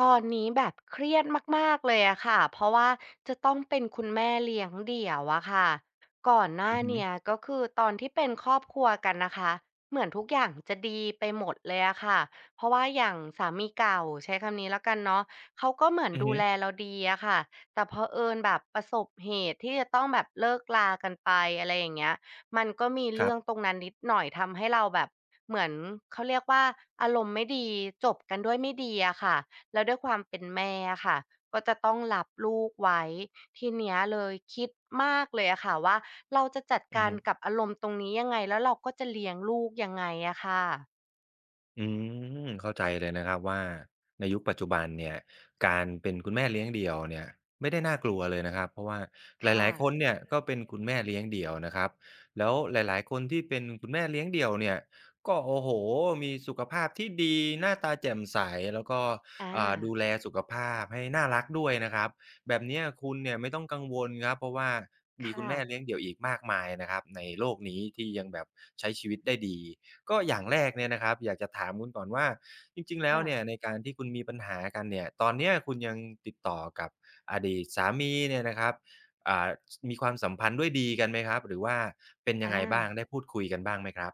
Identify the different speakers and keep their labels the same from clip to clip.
Speaker 1: ตอนนี้แบบเครียดมากๆเลยอะค่ะเพราะว่าจะต้องเป็นคุณแม่เลี้ยงเดี่ยวอะค่ะก่อนหน้า
Speaker 2: อือฮึ
Speaker 1: เนี้ยก็คือตอนที่เป็นครอบครัวกันนะคะเหมือนทุกอย่างจะดีไปหมดเลยอะค่ะเพราะว่าอย่างสามีเก่าใช้คำนี้แล้วกันเนาะเขาก็เหมือน
Speaker 2: อือ
Speaker 1: ดู
Speaker 2: ฮึ
Speaker 1: แลเราดีอะค่ะแต่เผอิญแบบประสบเหตุที่จะต้องแบบเลิกรากันไปอะไรอย่างเงี้ยมันก็มี
Speaker 2: ครั
Speaker 1: เรื่อง
Speaker 2: บ
Speaker 1: ตรงนั้นนิดหน่อยทำให้เราแบบเหมือนเขาเรียกว่าอารมณ์ไม่ดีจบกันด้วยไม่ดีอะค่ะ แล้วด้วยความเป็นแม่อะค่ะก็จะต้องรับลูกไว้ทีเนี้ยเลยคิดมากเลยอะค่ะว่าเราจะจัด
Speaker 2: อือ
Speaker 1: การ
Speaker 2: ฮึ
Speaker 1: กับอารมณ์ตรงนี้ยังไงแล้วเราก็จะเลี้ยงลูกยังไงอะค่ะ
Speaker 2: อืมเข้าใจเลยนะครับว่าในยุคปัจจุบันเนี่ยการเป็นคุณแม่เลี้ยงเดี่ยวเนี่ยไม่ได้น่ากลัวเลยนะครับเพราะว่าห
Speaker 1: ค่ะ
Speaker 2: ลายๆคนเนี่ยก็เป็นคุณแม่เลี้ยงเดี่ยวนะครับแล้วหลายๆคนที่เป็นคุณแม่เลี้ยงเดี่ยวเนี่ยก็โอ้โหมีสุขภาพที่ดีหน้าตาแจ่มใสแล้วก็
Speaker 1: อา
Speaker 2: ดูแลสุขภาพให้น่ารักด้วยนะครับแบบเนี้ยคุณเนี่ยไม่ต้องกังวลครับเพราะว่ามีคุณ
Speaker 1: ค่ะ
Speaker 2: แม่เลี้ยงเดี่ยวอีกมากมายนะครับในโลกนี้ที่ยังแบบใช้ชีวิตได้ดี ก็อย่างแรกเนี่ยนะครับอยากจะถามคุณก่อนว่าจริงๆแล้ว
Speaker 1: ค่ะ
Speaker 2: เนี่ยในการที่คุณมีปัญหากันเนี่ยตอนเนี้ยคุณยังติดต่อกับอดีตสามีเนี่ยนะครับอ่ามีความสัมพันธ์ด้วยดีกันไหมครับหรือว่าเป็นยัง
Speaker 1: อา
Speaker 2: ไงบ้างได้พูดคุยกันบ้างไหมครับ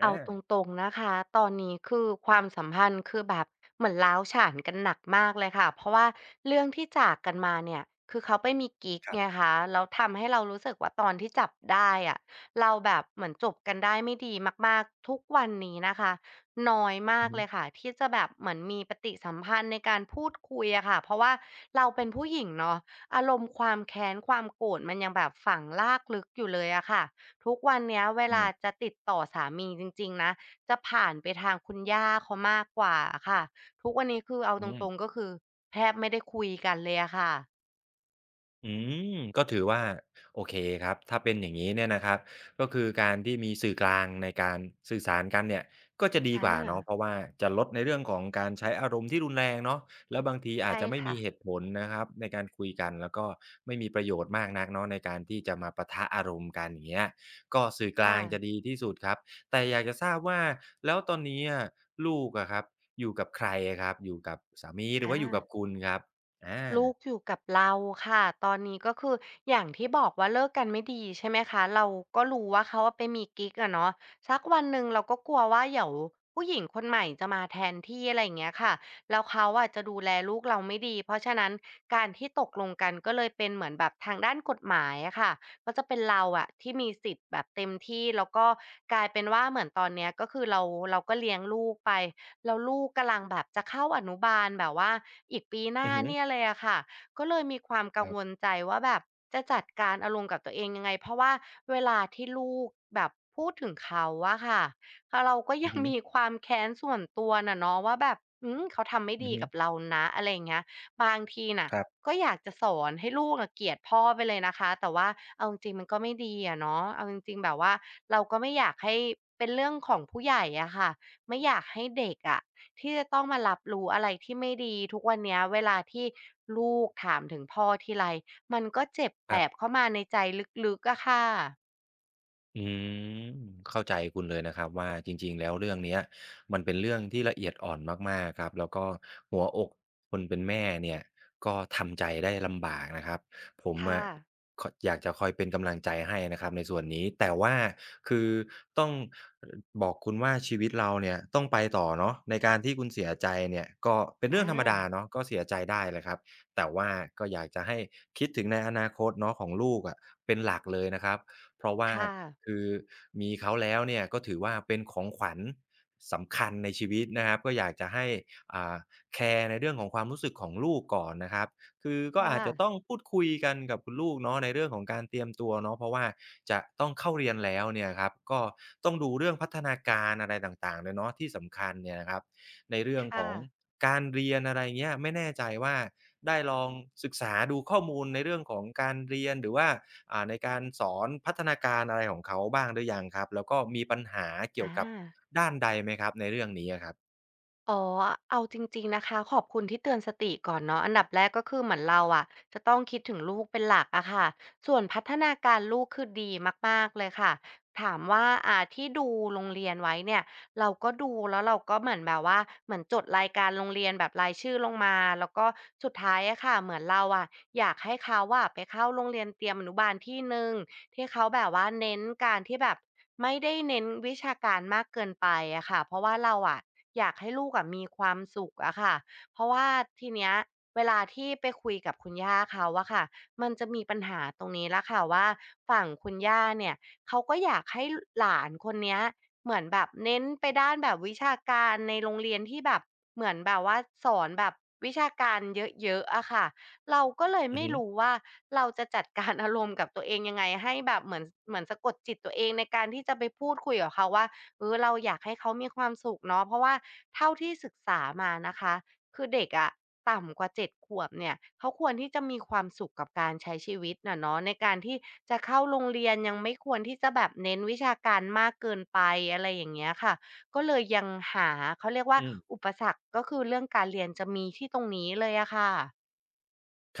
Speaker 2: อ
Speaker 1: เอา
Speaker 2: า
Speaker 1: ตรงๆนะคะตอนนี้คือความสัมพันธ์คือแบบเหมือนร้าวฉานกันหนักมากเลยค่ะเพราะว่าเรื่องที่จากกันมาเนี่ยคือเขาไปมีกิ๊ก
Speaker 2: ครั
Speaker 1: ไง
Speaker 2: บ
Speaker 1: คะแล้วทำให้เรารู้สึกว่าตอนที่จับได้อะเราแบบเหมือนจบกันได้ไม่ดีมากๆทุกวันนี้นะคะน้อยมา
Speaker 2: อื
Speaker 1: ก
Speaker 2: อฮึ
Speaker 1: เลยค่ะที่จะแบบเหมือนมีปฏิสัมพันธ์ในการพูดคุยอะค่ะเพราะว่าเราเป็นผู้หญิงเนาะอารมณ์ความแค้นความโกรธมันยังแบบฝังลากลึกอยู่เลยอะค่ะ ทุกวันเนี้ยเว
Speaker 2: อื
Speaker 1: ลา
Speaker 2: ม
Speaker 1: จะติดต่อสามีจริงๆนะจะผ่านไปทางคุณย่าเขามากกว่าอะค่ะทุกวันนี้คือเอา
Speaker 2: อื
Speaker 1: ต
Speaker 2: ม
Speaker 1: รงๆก็คือแทบไม่ได้คุยกันเลยอะค่ะ
Speaker 2: อืมก็ถือว่าโอเคครับถ้าเป็นอย่างนี้เนี่ยนะครับก็คือการที่มีสื่อกลางในการสื่อสารกันเนี่ยก็จะดีก
Speaker 1: อา
Speaker 2: ว่าเนาะเพราะว่าจะลดในเรื่องของการใช้อารมณ์ที่รุนแรงเนาะแล้วบางทีอาจ
Speaker 1: ใช่
Speaker 2: จะไม่
Speaker 1: ค่ะ
Speaker 2: มีเหตุผลนะครับในการคุยกันแล้วก็ไม่มีประโยชน์มากนักเนาะในการที่จะมาปะทะอารมณ์กันอย่างเงี้ยก็สื่อกลา
Speaker 1: ค่ะ
Speaker 2: งจะดีที่สุดครับแต่อยากจะทราบว่าแล้วตอนนี้อะลูกอะครับอยู่กับใครอะครับอยู่กับสามีหรือ
Speaker 1: อา
Speaker 2: ว่าอยู่กับคุณครับอา
Speaker 1: ลูกอยู่กับเราค่ะตอนนี้ก็คืออย่างที่บอกว่าเลิกกันไม่ดีใช่ไหมคะเราก็รู้ว่าเขาอะไปมีกิ๊กอะเนาะสักวันหนึ่งเราก็กลัวว่าเดี๋ยวผู้หญิงคนใหม่จะมาแทนที่อะไรอย่างเงี้ยค่ะแล้วเขาอะจะดูแลลูกเราไม่ดีเพราะฉะนั้นการที่ตกลงกันก็เลยเป็นเหมือนแบบทางด้านกฎหมายอะค่ะก็จะเป็นเราอะที่มีสิทธิ์แบบเต็มที่แล้วก็กลายเป็นว่าเหมือนตอนเนี้ยก็คือเราก็เลี้ยงลูกไป แล้วลูกกำลังแบบจะเข้าอนุบาลแบบว่าอีกปีหน้า
Speaker 2: อือฮึ
Speaker 1: เนี่ยเลยอะค่ะก็เลยมีความกั
Speaker 2: ค
Speaker 1: ง
Speaker 2: รั
Speaker 1: วล
Speaker 2: บ
Speaker 1: ใจว่าแบบจะจัดการอารมณ์กับตัวเองยังไงเพราะว่าเวลาที่ลูกแบบพูดถึงเขาอะค่ะเราก็
Speaker 2: อื
Speaker 1: ยั
Speaker 2: อ
Speaker 1: ง
Speaker 2: ฮึ
Speaker 1: มีความแค้นส่วนตัวน่ะเนาะว่าแบบเขาทำไม่
Speaker 2: อือ
Speaker 1: ดี
Speaker 2: ฮึ
Speaker 1: กับเรานะอะไรอย่างเงี้ยบางทีน่ะ
Speaker 2: ครับ
Speaker 1: ก็อยากจะสอนให้ลูกอะเกลียดพ่อไปเลยนะคะแต่ว่าเอาจริงๆมันก็ไม่ดีอะเนาะเอาจริงๆแบบว่าเราก็ไม่อยากให้เป็นเรื่องของผู้ใหญ่อะค่ะ ไม่อยากให้เด็กอะที่จะต้องมารับรู้อะไรที่ไม่ดีทุกวันเนี้ยเวลาที่ลูกถามถึงพ่อทีไรมันก็เจ็บแส
Speaker 2: ครั
Speaker 1: บ
Speaker 2: บ
Speaker 1: เข้ามาในใจลึกๆอะค่ะ
Speaker 2: อืมเข้าใจคุณเลยนะครับว่าจริงๆแล้วเรื่องเนี้ยมันเป็นเรื่องที่ละเอียดอ่อนมากๆครับแล้วก็หัวอกคนเป็นแม่เนี่ยก็ทำใจได้ลำบากนะครับผม
Speaker 1: ค่ะ
Speaker 2: อะขอยากจะคอยเป็นกำลังใจให้นะครับในส่วนนี้แต่ว่าคือต้องอบอกคุณว่าชีวิตเราเนี่ยต้องไปต่อเนาะในการที่คุณเสียใจเนี่ยก็เป็น
Speaker 1: อ
Speaker 2: เรื่องธรรมดา
Speaker 1: า
Speaker 2: เนาะก็เสียใจได้แหละครับแต่ว่าก็อยากจะให้คิดถึงในอนาคตเนาะของลูกอะเป็นหลักเลยนะครับ เพราะว่า
Speaker 1: ค่ะ
Speaker 2: คือมีเขาแล้วเนี่ยก็ถือว่าเป็นของขวัญสำคัญในชีวิตนะครับก็อยากจะให้อ่าแคร์ในเรื่องของความรู้สึกของลูกก่อนนะครับคือก็อาจ
Speaker 1: ค่ะ
Speaker 2: จะต้องพูดคุยกันกับคุณลูกเนาะในเรื่องของการเตรียมตัวเนาะเพราะว่าจะต้องเข้าเรียนแล้วเนี่ยครับก็ต้องดูเรื่องพัฒนาการอะไรต่างๆด้วยเนาะที่สำคัญเนี่ยนะครับ ในเรื่องข
Speaker 1: ค่ะ
Speaker 2: องการเรียนอะไรเงี้ยไม่แน่ใจว่าได้ลองศึกษาดูข้อมูลในเรื่องของการเรียนหรือว่าในการสอนพัฒนาการอะไรของเขาบ้างหรือยังครับแล้วก็มีปัญหาเกี่ย
Speaker 1: อา
Speaker 2: วกับด้านใดไหมครับในเรื่องนี้อะครับ
Speaker 1: อ๋อเอาจริงๆนะคะขอบคุณที่เตือนสติก่อนเนาะอันดับแรกก็คือเหมือนเราอะจะต้องคิดถึงลูกเป็นหลักอะค่ะส่วนพัฒนาการลูกคือดีมากๆเลยค่ะถามว่าอ่าที่ดูโรงเรียนไว้เนี่ยเราก็ดูแล้วเราก็เหมือนแบบว่าเหมือนจดรายการโรงเรียนแบบรายชื่อลงมาแล้วก็สุดท้ายอะค่ะเหมือนเราอะอยากให้เขาอะไปเข้าโรงเรียนเตรียมอนุบาลที่หนึ่ง ที่เขาแบบว่าเน้นการที่แบบไม่ได้เน้นวิชาการมากเกินไปอะค่ะเพราะว่าเราอะอยากให้ลูกอะมีความสุขอะค่ะเพราะว่าทีเนี้ยเวลาที่ไปคุยกับคุณย่าเขาอะค่ะมันจะมีปัญหาตรงนี้ละค่ะว่าฝั่งคุณย่าเนี่ยเขาก็อยากให้หลานคนเนี้ยเหมือนแบบเน้นไปด้านแบบวิชาการในโรงเรียนที่แบบเหมือนแบบว่าสอนแบบวิชาการเยอะๆอะค่ะ เราก็เลย
Speaker 2: อือ
Speaker 1: ไม่
Speaker 2: ฮึ
Speaker 1: รู้ว่าเราจะจัดการอารมณ์กับตัวเองยังไงให้แบบเหมือนสะกดจิตตัวเองในการที่จะไปพูดคุยกับเขาว่าเออเราอยากให้เขามีความสุขเนาะเพราะว่าเท่าที่ศึกษามานะคะคือเด็กอะต่ำกว่า7 ขวบเนี่ยเขาควรที่จะมีความสุขกับการใช้ชีวิตน่ะเนาะในการที่จะเข้าโรงเรียนยังไม่ควรที่จะแบบเน้นวิชาการมากเกินไปอะไรอย่างเงี้ยค่ะก็เลยยังหาเขาเรียกว่า
Speaker 2: อืม
Speaker 1: อุปสรรคก็คือเรื่องการเรียนจะมีที่ตรงนี้เลยอะค่ะ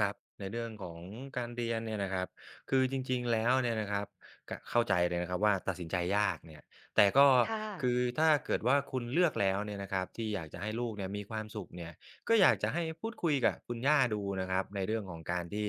Speaker 2: ครับในเรื่องของการเรียนเนี่ยนะครับคือจริงๆแล้วเนี่ยนะครับกะเข้าใจเลยนะครับว่าตัดสินใจยากเนี่ยแต่ก็
Speaker 1: ค่ะ
Speaker 2: คือถ้าเกิดว่าคุณเลือกแล้วเนี่ยนะครับที่อยากจะให้ลูกเนี่ยมีความสุขเนี่ยก็อยากจะให้พูดคุยกับคุณย่าดูนะครับในเรื่องของการที่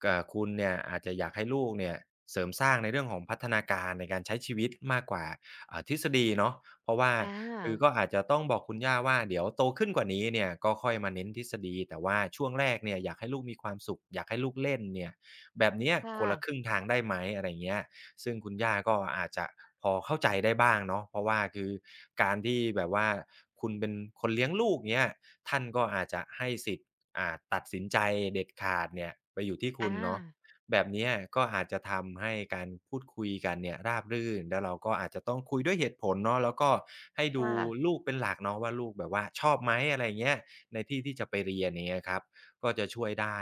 Speaker 2: คุณเนี่ยอาจจะอยากให้ลูกเนี่ยเสริมสร้างในเรื่องของพัฒนาการในการใช้ชีวิตมากกว่าทฤษฎีเนาะ เพราะว่า
Speaker 1: อ
Speaker 2: คือ
Speaker 1: า
Speaker 2: ก็อาจจะต้องบอกคุณย่าว่าเดี๋ยวโตขึ้นกว่านี้เนี่ยก็ค่อยมาเน้นทฤษฎีแต่ว่าช่วงแรกเนี่ยอยากให้ลูกมีความสุขอยากให้ลูกเล่นเนี่ยแบบเนี้ย
Speaker 1: ค่ะ
Speaker 2: คนละครึ่งทางได้ไหมอะไรเงี้ยซึ่งคุณย่าก็อาจจะพอเข้าใจได้บ้างเนาะเพราะว่าคือการที่แบบว่าคุณเป็นคนเลี้ยงลูกเงี้ยท่านก็อาจจะให้สิทธิ์อ่าตัดสินใจเด็ดขาดเนี่ยไปอยู่ที่คุ
Speaker 1: อา
Speaker 2: ณเนาะ แบบเนี้ยก็อาจจะทำให้การพูดคุยกันเนี่ยราบรื่นแล้วเราก็อาจจะต้องคุยด้วยเหตุผลเนาะแล้วก็ให้ดู
Speaker 1: ค่ะ
Speaker 2: ลูกเป็นหลักเนาะว่าลูกแบบว่าชอบไหมอะไรอย่างเงี้ยในที่ที่จะไปเรียนอย่างเงี้ยครับก็จะช่วยได้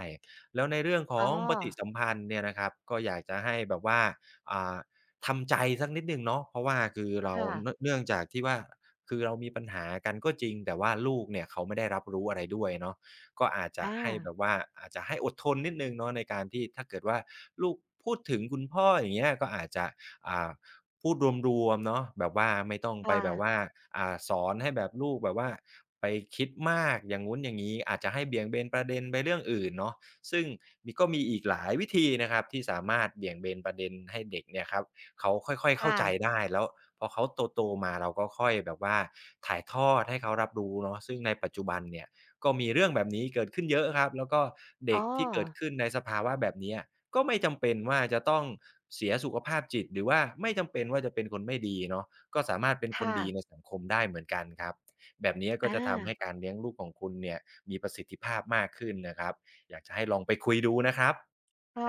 Speaker 2: แล้วในเรื่องข
Speaker 1: อ๋
Speaker 2: อ
Speaker 1: อ
Speaker 2: งปฏิสัมพันธ์เนี่ยนะครับก็อยากจะให้แบบว่าอ่าทำใจสักนิดหนึ่งเนาะเพราะว่าคือเรา
Speaker 1: ค่ะ
Speaker 2: เนื่องจากที่ว่าคือเรามีปัญหากันก็จริงแต่ว่าลูกเนี่ยเขาไม่ได้รับรู้อะไรด้วยเนาะ ก็อาจจะ
Speaker 1: อา
Speaker 2: ให้แบบว่าอาจจะให้อดทนนิดหนึ่งเนาะในการที่ถ้าเกิดว่าลูกพูดถึงคุณพ่ออย่างเงี้ยก็อาจจะอ่าพูดรวมๆเนาะแบบว่าไม่ต้องไปแบบ
Speaker 1: ค่ะ
Speaker 2: ว่าสอนให้แบบลูกแบบว่าไปคิดมากอย่างงู้นอย่างงี้อาจจะให้เบี่ยงเบนประเด็นไปเรื่องอื่นเนาะซึ่งมีก็มีอีกหลายวิธีนะครับที่สามารถเบี่ยงเบนประเด็นให้เด็กเนี่ยครับเขาค่อยๆเข้า
Speaker 1: ค่ะ
Speaker 2: ใจได้แล้วพอเขาโตๆมาเราก็ค่อยแบบว่าถ่ายทอดให้เขารับรู้เนาะซึ่งในปัจจุบันเนี่ย ก็มีเรื่องแบบนี้เกิดขึ้นเยอะครับแล้วก็
Speaker 1: อ๋
Speaker 2: เด็
Speaker 1: อ
Speaker 2: กที่เกิดขึ้นในสภาวะแบบเนี้ยก็ไม่จำเป็นว่าจะต้องเสียสุขภาพจิตหรือว่าไม่จำเป็นว่าจะเป็นคนไม่ดีเนาะก็สามารถเป็นคน
Speaker 1: ค่ะ
Speaker 2: ดีในสังคมได้เหมือนกันครับแบบเนี้ย
Speaker 1: อ
Speaker 2: ก็จะทำให้
Speaker 1: า
Speaker 2: การเลี้ยงลูกของคุณเนี่ยมีประสิทธิภาพมากขึ้นนะครับอยากจะให้ลองไปคุยดูนะครับ
Speaker 1: ค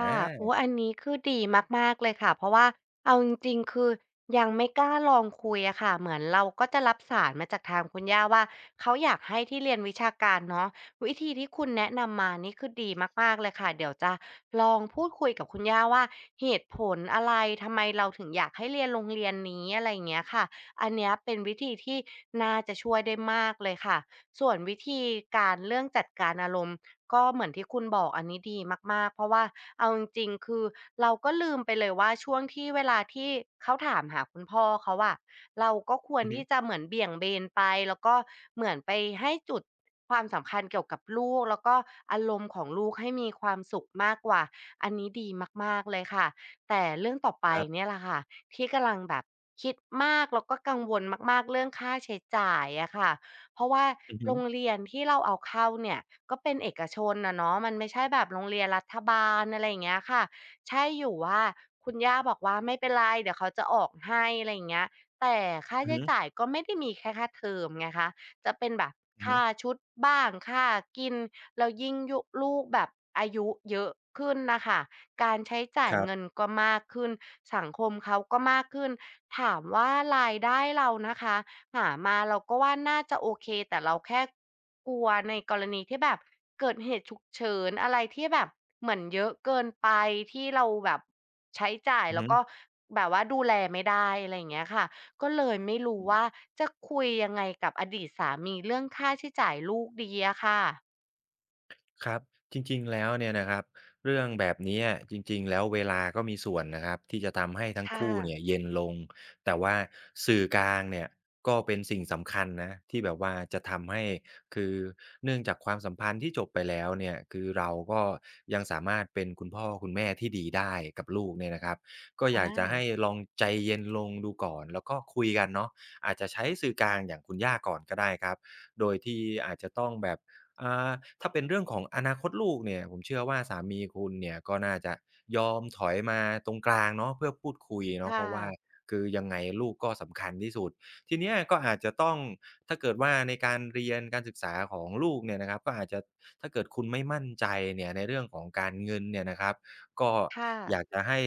Speaker 2: อ
Speaker 1: ะโอ้อั
Speaker 2: า
Speaker 1: นนี้คือดีมากๆเลยค่ะเพราะว่าเอาจริงๆคือยังไม่กล้าลองคุยอะค่ะเหมือนเราก็จะรับสารมาจากทางคุณย่าว่าเขาอยากให้ที่เรียนวิชาการเนาะวิธีที่คุณแนะนำมานี่คือดีมากๆเลยค่ะเดี๋ยวจะลองพูดคุยกับคุณย่าว่าเหตุผลอะไรทำไมเราถึงอยากให้เรียนโรงเรียนนี้อะไรอย่างเงี้ยค่ะอันเนี้ยเป็นวิธีที่น่าจะช่วยได้มากเลยค่ะส่วนวิธีการเรื่องจัดการอารมณ์ ก็เหมือนที่คุณบอกอันนี้ดีมากๆเพราะว่าเอาจริงๆคือเราก็ลืมไปเลยว่าช่วงที่เวลาที่เขาถามหาคุณพ่อเขาอะเราก็ควร
Speaker 2: อือฮึ
Speaker 1: ที่จะเหมือนเบี่ยงเบนไปแล้วก็เหมือนไปให้จุดความสำคัญเกี่ยวกับลูกแล้วก็อารมณ์ของลูกให้มีความสุขมากกว่าอันนี้ดีมากๆเลยค่ะแต่เรื่องต่อไป
Speaker 2: ครั
Speaker 1: เนี่
Speaker 2: บ
Speaker 1: ยแหละค่ะที่กำลังแบบคิดมากแล้วก็กังวลมากๆเรื่องค่าใช้จ่ายอะค่ะ เพราะว่า
Speaker 2: อือฮึ
Speaker 1: โรงเรียนที่เราเอาเข้าเนี่ยก็เป็นเอกชนนะเนาะมันไม่ใช่แบบโรงเรียนรัฐบาลอะไรอย่างเงี้ยค่ะใช่อยู่ว่าคุณย่าบอกว่าไม่เป็นไรเดี๋ยวเขาจะออกให้อะไรอย่างเงี้ยแต่ค่าใช้
Speaker 2: ๆ
Speaker 1: จ่าย
Speaker 2: ๆ
Speaker 1: ก็ไม่ได้มีแค่ค่าเทอมไงคะจะเป็นแบบค่าชุดบ้างค่ากินแล้วยิ่งยุลูกแบบอายุเยอะขึ้นน่ะค่ะการใช้จ่าย
Speaker 2: ครับ
Speaker 1: เงินก็มากขึ้นสังคมเขาก็มากขึ้นถามว่ารายได้เรานะคะ หามาเราก็ว่าน่าจะโอเคแต่เราแค่กลัวในกรณีที่แบบเกิดเหตุฉุกเฉินอะไรที่แบบเหมือนเยอะเกินไปที่เราแบบใช้จ่าย
Speaker 2: อือ
Speaker 1: แล้ว
Speaker 2: ฮึ
Speaker 1: ก็แบบว่าดูแลไม่ได้อะไรอย่างเงี้ยค่ะก็เลยไม่รู้ว่าจะคุยยังไงกับอดีตสามีเรื่องค่าใช้จ่ายลูกดีอะค่ะ
Speaker 2: ครับจริงๆแล้วเนี่ยนะครับเรื่องแบบนี้อะจริงๆแล้วเวลาก็มีส่วนนะครับที่จะทำให้ทั้ง
Speaker 1: ค่ะ
Speaker 2: คู่เนี่ยเย็นลงแต่ว่าสื่อกลางเนี่ยก็เป็นสิ่งสำคัญนะที่แบบว่าจะทำให้คือเนื่องจากความสัมพันธ์ที่จบไปแล้วเนี่ยคือเราก็ยังสามารถเป็นคุณพ่อคุณแม่ที่ดีได้กับลูกเนี่ยนะครับก็อ
Speaker 1: อา
Speaker 2: ยากจะให้ลองใจเย็นลงดูก่อนแล้วก็คุยกันเนาะอาจจะใช้สื่อกลางอย่างคุณย่าก่อนก็ได้ครับโดยที่อาจจะต้องแบบ อ่าถ้าเป็นเรื่องของอนาคตลูกเนี่ยผมเชื่อว่าสามีคุณเนี่ยก็น่าจะยอมถอยมาตรงกลางเนาะเพื่อพูดคุย
Speaker 1: ค
Speaker 2: เนาะเพราะว่า
Speaker 1: ่ะ
Speaker 2: คือยังไงลูกก็สำคัญที่สุดทีเนี้ยก็อาจจะต้องถ้าเกิดว่าในการเรียนการศึกษาของลูกเนี่ยนะครับก็อาจจะถ้าเกิดคุณไม่มั่นใจเนี่ยในเรื่องของการเงินเนี่ยนะครับก็
Speaker 1: ค่ะ
Speaker 2: อยากจะให้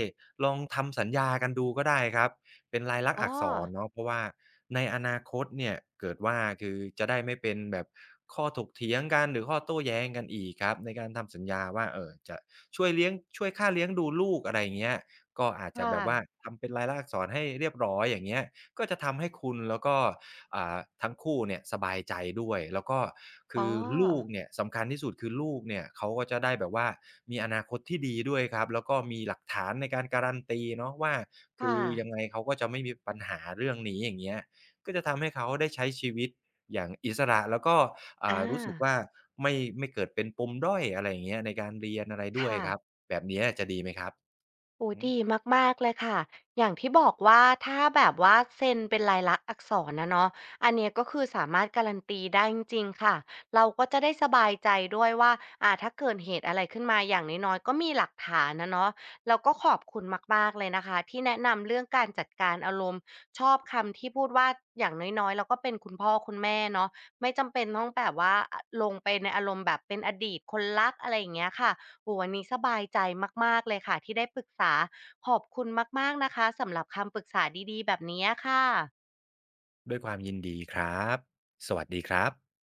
Speaker 2: ลองทำสัญญากันดูก็ได้ครับ เป็นลายลักษ
Speaker 1: อ๋
Speaker 2: ณ์
Speaker 1: อ
Speaker 2: อักษรเนาะเพราะว่าในอนาคตเนี่ยเกิดว่าคือจะได้ไม่เป็นแบบข้อถกเถียงกันหรือข้อโต้แย้งกันอีกครับในการทำสัญญาว่าจะช่วยเลี้ยงช่วยค่าเลี้ยงดูลูกอะไรอย่างเงี้ยก็อาจ
Speaker 1: ค
Speaker 2: จะแบบว่า
Speaker 1: ่ะ
Speaker 2: ทำเป็นลายลักษณ์อักษรให้เรียบร้อยอย่างเงี้ยก็จะทำให้คุณแล้วก็ ทั้งคู่เนี่ยสบายใจด้วยแล้วก็
Speaker 1: อ๋
Speaker 2: คือลูก
Speaker 1: อ
Speaker 2: เนี่ยสำคัญที่สุดคือลูกเนี่ยเขาก็จะได้แบบว่ามีอนาคตที่ดีด้วยครับแล้วก็มีหลักฐานในการการันตีเนาะว่าคื
Speaker 1: ค่ะ
Speaker 2: อยังไงเขาก็จะไม่มีปัญหาเรื่องนี้อย่างเงี้ยก็จะทำให้เขาได้ใช้ชีวิตอย่างอิสระแล้วก็
Speaker 1: อ
Speaker 2: รู้สึก
Speaker 1: า
Speaker 2: ว่าไม่ไม่เกิดเป็นปมด้อยอะไรอย่างเงี้ยในการเรียนอะไรด้วย
Speaker 1: ค่ะ
Speaker 2: ครับแบบเนี้ยจะดีไหมครับ
Speaker 1: โอ้
Speaker 2: อื
Speaker 1: โดี
Speaker 2: ม
Speaker 1: มากๆเลยค่ะอย่างที่บอกว่าถ้าแบบว่าเซ็นเป็นลายลักษณ์อักษรนะเนาะอันเนี้ยก็คือสามารถการันตีได้จริงๆค่ะเราก็จะได้สบายใจด้วยว่าถ้าเกิดเหตุอะไรขึ้นมาอย่างน้อยๆก็มีหลักฐานนะเนาะแล้วก็ขอบคุณมากๆเลยนะคะที่แนะนำเรื่องการจัดการอารมณ์ชอบคำที่พูดว่าอย่างน้อยๆเราก็เป็นคุณพ่อคุณแม่เนาะไม่จำเป็นต้องแบบว่าลงไปในอารมณ์แบบเป็นอดีตคนรักอะไรอย่างเงี้ยค่ะ โอ้วันนี้สบายใจมากๆเลยค่ะที่ได้ปรึกษาขอบคุณมากๆนะคะสำหรับคำปรึกษาดีๆแบบนี้ค่ะ
Speaker 2: ด้วยความยินดีครับสวัสดีครับ